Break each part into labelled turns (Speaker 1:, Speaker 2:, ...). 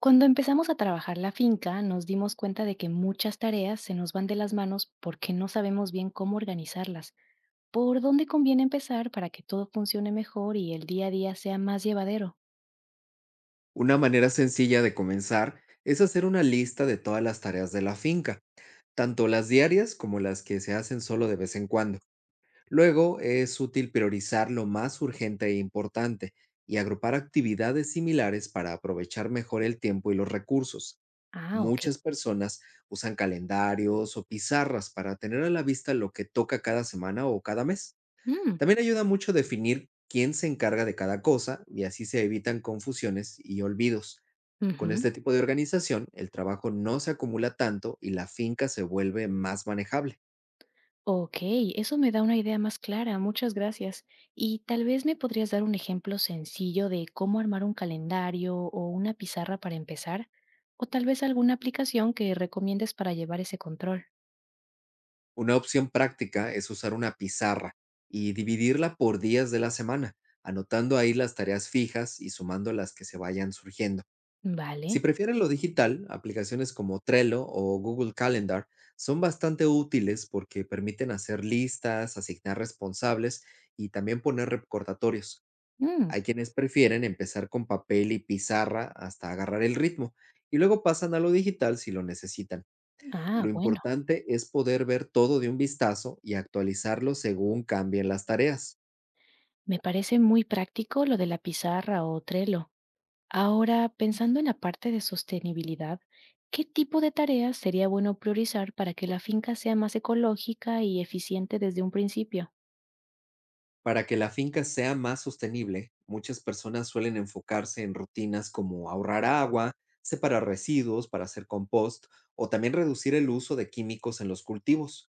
Speaker 1: Cuando empezamos a trabajar la finca, nos dimos cuenta de que muchas tareas se nos van de las manos porque no sabemos bien cómo organizarlas. ¿Por dónde conviene empezar para que todo funcione mejor y el día a día sea más llevadero?
Speaker 2: Una manera sencilla de comenzar es hacer una lista de todas las tareas de la finca, tanto las diarias como las que se hacen solo de vez en cuando. Luego es útil priorizar lo más urgente e importante y agrupar actividades similares para aprovechar mejor el tiempo y los recursos.
Speaker 1: Ah, ok.
Speaker 2: Muchas personas usan calendarios o pizarras para tener a la vista lo que toca cada semana o cada mes.
Speaker 1: Mm,
Speaker 2: También ayuda mucho definir quién se encarga de cada cosa y así se evitan confusiones y olvidos. Con
Speaker 1: ujú.
Speaker 2: este tipo de organización, el trabajo no se acumula tanto y la finca se vuelve más manejable.
Speaker 1: Ok, eso me da una idea más clara, muchas gracias. Y tal vez me podrías dar un ejemplo sencillo de cómo armar un calendario o una pizarra para empezar, o tal vez alguna aplicación que recomiendes para llevar ese control.
Speaker 2: Una opción práctica es usar una pizarra y dividirla por días de la semana, anotando ahí las tareas fijas y sumando las que se vayan surgiendo. Si
Speaker 1: Vale.
Speaker 2: prefieren lo digital, aplicaciones como Trello o Google Calendar son bastante útiles porque permiten hacer listas, asignar responsables y también poner recordatorios.
Speaker 1: Mm.
Speaker 2: Hay quienes prefieren empezar con papel y pizarra hasta agarrar el ritmo y luego pasan a lo digital si lo necesitan.
Speaker 1: Ah,
Speaker 2: Lo
Speaker 1: bueno,
Speaker 2: importante es poder ver todo de un vistazo y actualizarlo según cambien las tareas.
Speaker 1: me parece muy práctico lo de la pizarra o Trello. Ahora, pensando en la parte de sostenibilidad, ¿qué tipo de tareas sería bueno priorizar para que la finca sea más ecológica y eficiente desde un principio?
Speaker 2: Para que la finca sea más sostenible, muchas personas suelen enfocarse en rutinas como ahorrar agua, separar residuos para hacer compost o también reducir el uso de químicos en los cultivos.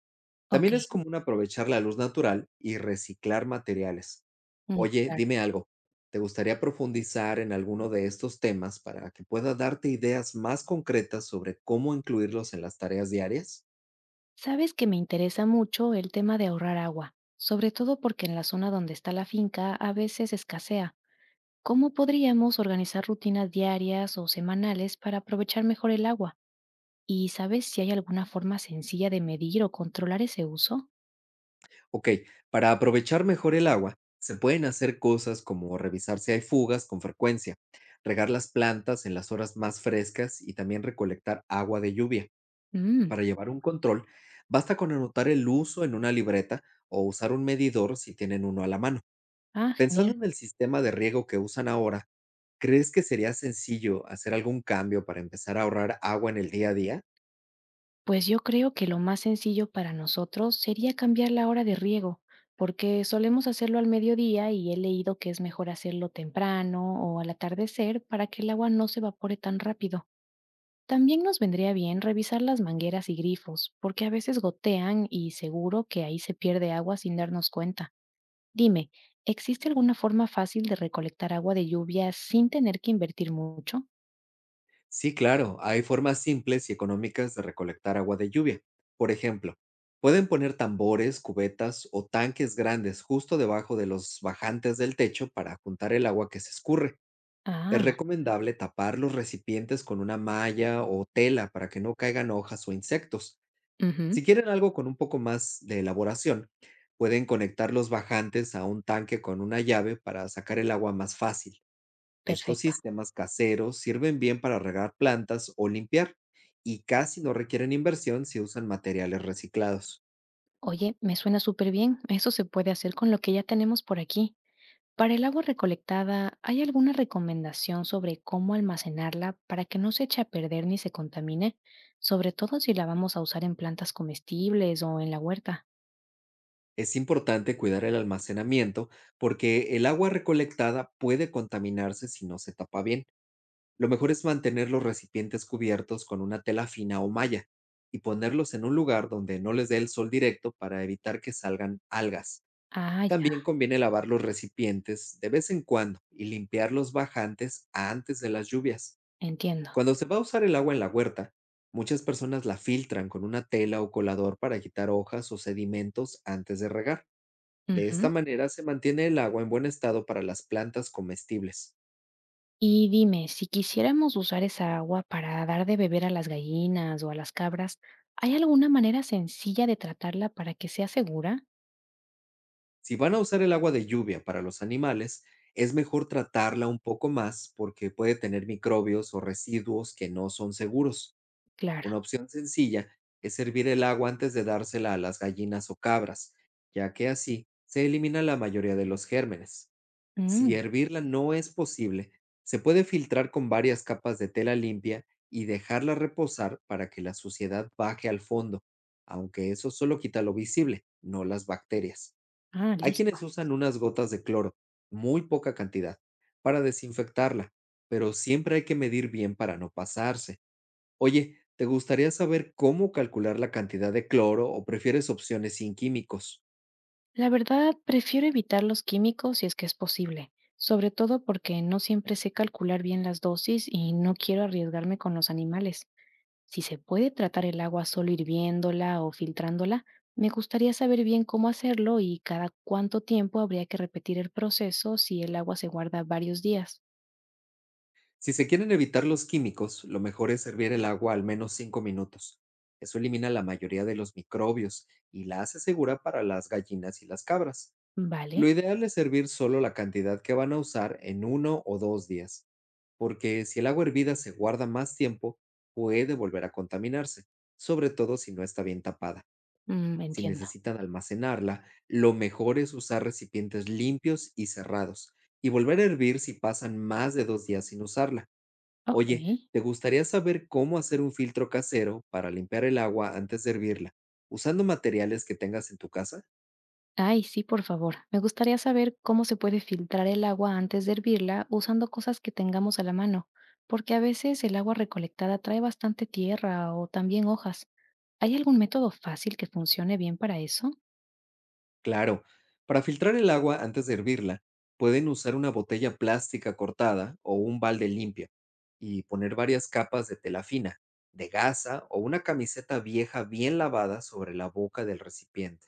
Speaker 1: Ok,
Speaker 2: También es común aprovechar la luz natural y reciclar materiales.
Speaker 1: mm,
Speaker 2: Oye,
Speaker 1: claro.
Speaker 2: dime algo, ¿te gustaría profundizar en alguno de estos temas para que pueda darte ideas más concretas sobre cómo incluirlos en las tareas diarias?
Speaker 1: Sabes que me interesa mucho el tema de ahorrar agua, sobre todo porque en la zona donde está la finca a veces escasea. ¿Cómo podríamos organizar rutinas diarias o semanales para aprovechar mejor el agua? ¿Y sabes si hay alguna forma sencilla de medir o controlar ese uso?
Speaker 2: Ok, para aprovechar mejor el agua, se pueden hacer cosas como revisar si hay fugas con frecuencia, regar las plantas en las horas más frescas y también recolectar agua de lluvia.
Speaker 1: Mm,
Speaker 2: Para llevar un control, basta con anotar el uso en una libreta o usar un medidor si tienen uno a la mano.
Speaker 1: ah,
Speaker 2: Pensando
Speaker 1: genial.
Speaker 2: en el sistema de riego que usan ahora, ¿crees que sería sencillo hacer algún cambio para empezar a ahorrar agua en el día a día?
Speaker 1: Pues yo creo que lo más sencillo para nosotros sería cambiar la hora de riego, porque solemos hacerlo al mediodía y he leído que es mejor hacerlo temprano o al atardecer para que el agua no se evapore tan rápido. También nos vendría bien revisar las mangueras y grifos, porque a veces gotean y seguro que ahí se pierde agua sin darnos cuenta. Dime, ¿existe alguna forma fácil de recolectar agua de lluvia sin tener que invertir mucho?
Speaker 2: Sí, claro, hay formas simples y económicas de recolectar agua de lluvia. Por ejemplo, pueden poner tambores, cubetas o tanques grandes justo debajo de los bajantes del techo para juntar el agua que se escurre. Es
Speaker 1: Ah,
Speaker 2: recomendable tapar los recipientes con una malla o tela para que no caigan hojas o insectos.
Speaker 1: ujú,
Speaker 2: Si quieren algo con un poco más de elaboración, pueden conectar los bajantes a un tanque con una llave para sacar el agua más fácil. Estos
Speaker 1: perfecto.
Speaker 2: sistemas caseros sirven bien para regar plantas o limpiar y casi no requieren inversión si usan materiales reciclados.
Speaker 1: Oye, me suena súper bien. Eso se puede hacer con lo que ya tenemos por aquí. Para el agua recolectada, ¿hay alguna recomendación sobre cómo almacenarla para que no se eche a perder ni se contamine? Sobre todo si la vamos a usar en plantas comestibles o en la huerta.
Speaker 2: Es importante cuidar el almacenamiento porque el agua recolectada puede contaminarse si no se tapa bien. Lo mejor es mantener los recipientes cubiertos con una tela fina o malla y ponerlos en un lugar donde no les dé el sol directo para evitar que salgan algas.
Speaker 1: Ah, ya,
Speaker 2: También conviene lavar los recipientes de vez en cuando y limpiar los bajantes antes de las lluvias.
Speaker 1: entiendo.
Speaker 2: Cuando se va a usar el agua en la huerta, muchas personas la filtran con una tela o colador para quitar hojas o sedimentos antes de regar. De esta
Speaker 1: Ujú.
Speaker 2: manera se mantiene el agua en buen estado para las plantas comestibles.
Speaker 1: Y dime, si quisiéramos usar esa agua para dar de beber a las gallinas o a las cabras, ¿hay alguna manera sencilla de tratarla para que sea segura?
Speaker 2: Si van a usar el agua de lluvia para los animales, es mejor tratarla un poco más porque puede tener microbios o residuos que no son seguros.
Speaker 1: Claro.
Speaker 2: Una opción sencilla es hervir el agua antes de dársela a las gallinas o cabras, ya que así se elimina la mayoría de los gérmenes. Si
Speaker 1: Mm,
Speaker 2: hervirla no es posible, se puede filtrar con varias capas de tela limpia y dejarla reposar para que la suciedad baje al fondo, aunque eso solo quita lo visible, no las bacterias.
Speaker 1: ah,
Speaker 2: Hay
Speaker 1: listo.
Speaker 2: quienes usan unas gotas de cloro, muy poca cantidad, para desinfectarla, pero siempre hay que medir bien para no pasarse. Oye, ¿te gustaría saber cómo calcular la cantidad de cloro o prefieres opciones sin químicos?
Speaker 1: La verdad, prefiero evitar los químicos si es que es posible, sobre todo porque no siempre sé calcular bien las dosis y no quiero arriesgarme con los animales. Si se puede tratar el agua solo hirviéndola o filtrándola, me gustaría saber bien cómo hacerlo y cada cuánto tiempo habría que repetir el proceso si el agua se guarda varios días.
Speaker 2: Si se quieren evitar los químicos, lo mejor es hervir el agua al menos 5 minutos. Eso elimina la mayoría de los microbios y la hace segura para las gallinas y las cabras.
Speaker 1: Vale,
Speaker 2: Lo ideal es servir solo la cantidad que van a usar en uno o 2 días, porque si el agua hervida se guarda más tiempo, puede volver a contaminarse, sobre todo si no está bien tapada.
Speaker 1: mm,
Speaker 2: Si
Speaker 1: entiendo.
Speaker 2: necesitan almacenarla, lo mejor es usar recipientes limpios y cerrados, y volver a hervir si pasan más de 2 días sin usarla.
Speaker 1: Ok.
Speaker 2: Oye, ¿te gustaría saber cómo hacer un filtro casero para limpiar el agua antes de hervirla, usando materiales que tengas en tu casa?
Speaker 1: Ay, sí, por favor. Me gustaría saber cómo se puede filtrar el agua antes de hervirla usando cosas que tengamos a la mano, porque a veces el agua recolectada trae bastante tierra o también hojas. ¿Hay algún método fácil que funcione bien para eso?
Speaker 2: Claro, para filtrar el agua antes de hervirla, pueden usar una botella plástica cortada o un balde limpio y poner varias capas de tela fina, de gasa o una camiseta vieja bien lavada sobre la boca del recipiente.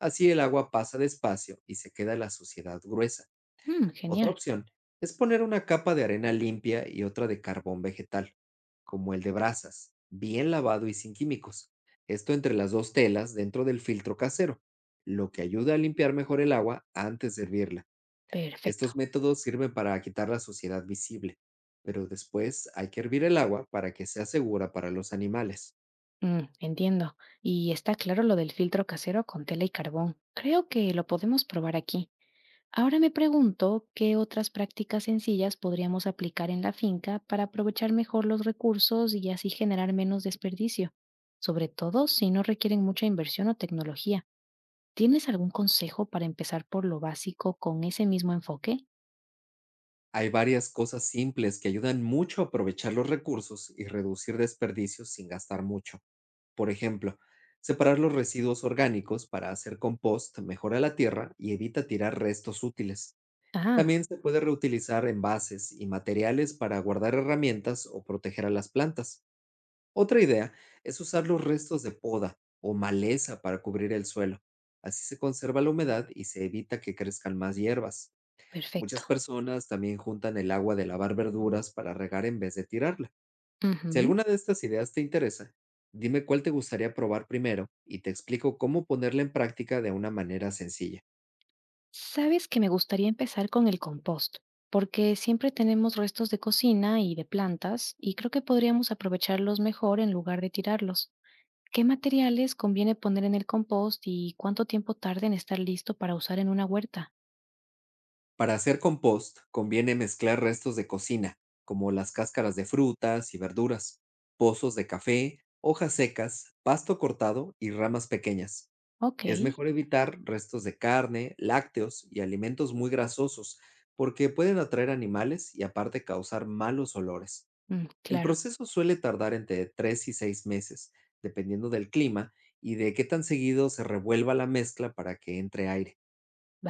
Speaker 2: Así el agua pasa despacio y se queda la suciedad gruesa.
Speaker 1: Mm,
Speaker 2: Otra
Speaker 1: genial.
Speaker 2: opción es poner una capa de arena limpia y otra de carbón vegetal, como el de brasas, bien lavado y sin químicos. Esto entre las dos telas dentro del filtro casero, lo que ayuda a limpiar mejor el agua antes de hervirla.
Speaker 1: Perfecto.
Speaker 2: Estos métodos sirven para quitar la suciedad visible, pero después hay que hervir el agua para que sea segura para los animales.
Speaker 1: Mm, entiendo. Y está claro lo del filtro casero con tela y carbón. Creo que lo podemos probar aquí. Ahora me pregunto qué otras prácticas sencillas podríamos aplicar en la finca para aprovechar mejor los recursos y así generar menos desperdicio, sobre todo si no requieren mucha inversión o tecnología. ¿Tienes algún consejo para empezar por lo básico con ese mismo enfoque?
Speaker 2: Hay varias cosas simples que ayudan mucho a aprovechar los recursos y reducir desperdicios sin gastar mucho. Por ejemplo, separar los residuos orgánicos para hacer compost mejora la tierra y evita tirar restos útiles.
Speaker 1: Ah,
Speaker 2: También se puede reutilizar envases y materiales para guardar herramientas o proteger a las plantas. Otra idea es usar los restos de poda o maleza para cubrir el suelo. Así se conserva la humedad y se evita que crezcan más hierbas. Muchas
Speaker 1: perfecto.
Speaker 2: personas también juntan el agua de lavar verduras para regar en vez de tirarla. Si
Speaker 1: Ujú.
Speaker 2: alguna de estas ideas te interesa, dime cuál te gustaría probar primero y te explico cómo ponerla en práctica de una manera sencilla.
Speaker 1: Sabes que me gustaría empezar con el compost, porque siempre tenemos restos de cocina y de plantas, y creo que podríamos aprovecharlos mejor en lugar de tirarlos. ¿Qué materiales conviene poner en el compost y cuánto tiempo tarda en estar listo para usar en una huerta?
Speaker 2: Para hacer compost, conviene mezclar restos de cocina, como las cáscaras de frutas y verduras, pozos de café, hojas secas, pasto cortado y ramas pequeñas.
Speaker 1: Ok,
Speaker 2: Es mejor evitar restos de carne, lácteos y alimentos muy grasosos, porque pueden atraer animales y aparte causar malos olores.
Speaker 1: mm,
Speaker 2: El
Speaker 1: claro,
Speaker 2: proceso suele tardar entre 3 y 6 meses, dependiendo del clima y de qué tan seguido se revuelva la mezcla para que entre aire.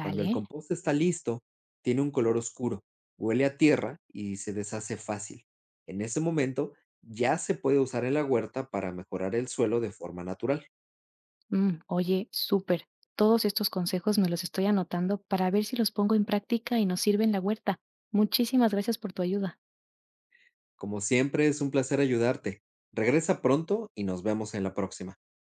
Speaker 2: Cuando el compost está listo, tiene un color oscuro, huele a tierra y se deshace fácil. En ese momento, ya se puede usar en la huerta para mejorar el suelo de forma natural.
Speaker 1: Mm, oye, súper. Todos estos consejos me los estoy anotando para ver si los pongo en práctica y nos sirven la huerta. Muchísimas gracias por tu ayuda.
Speaker 2: Como siempre, es un placer ayudarte. Regresa pronto y nos vemos en la próxima.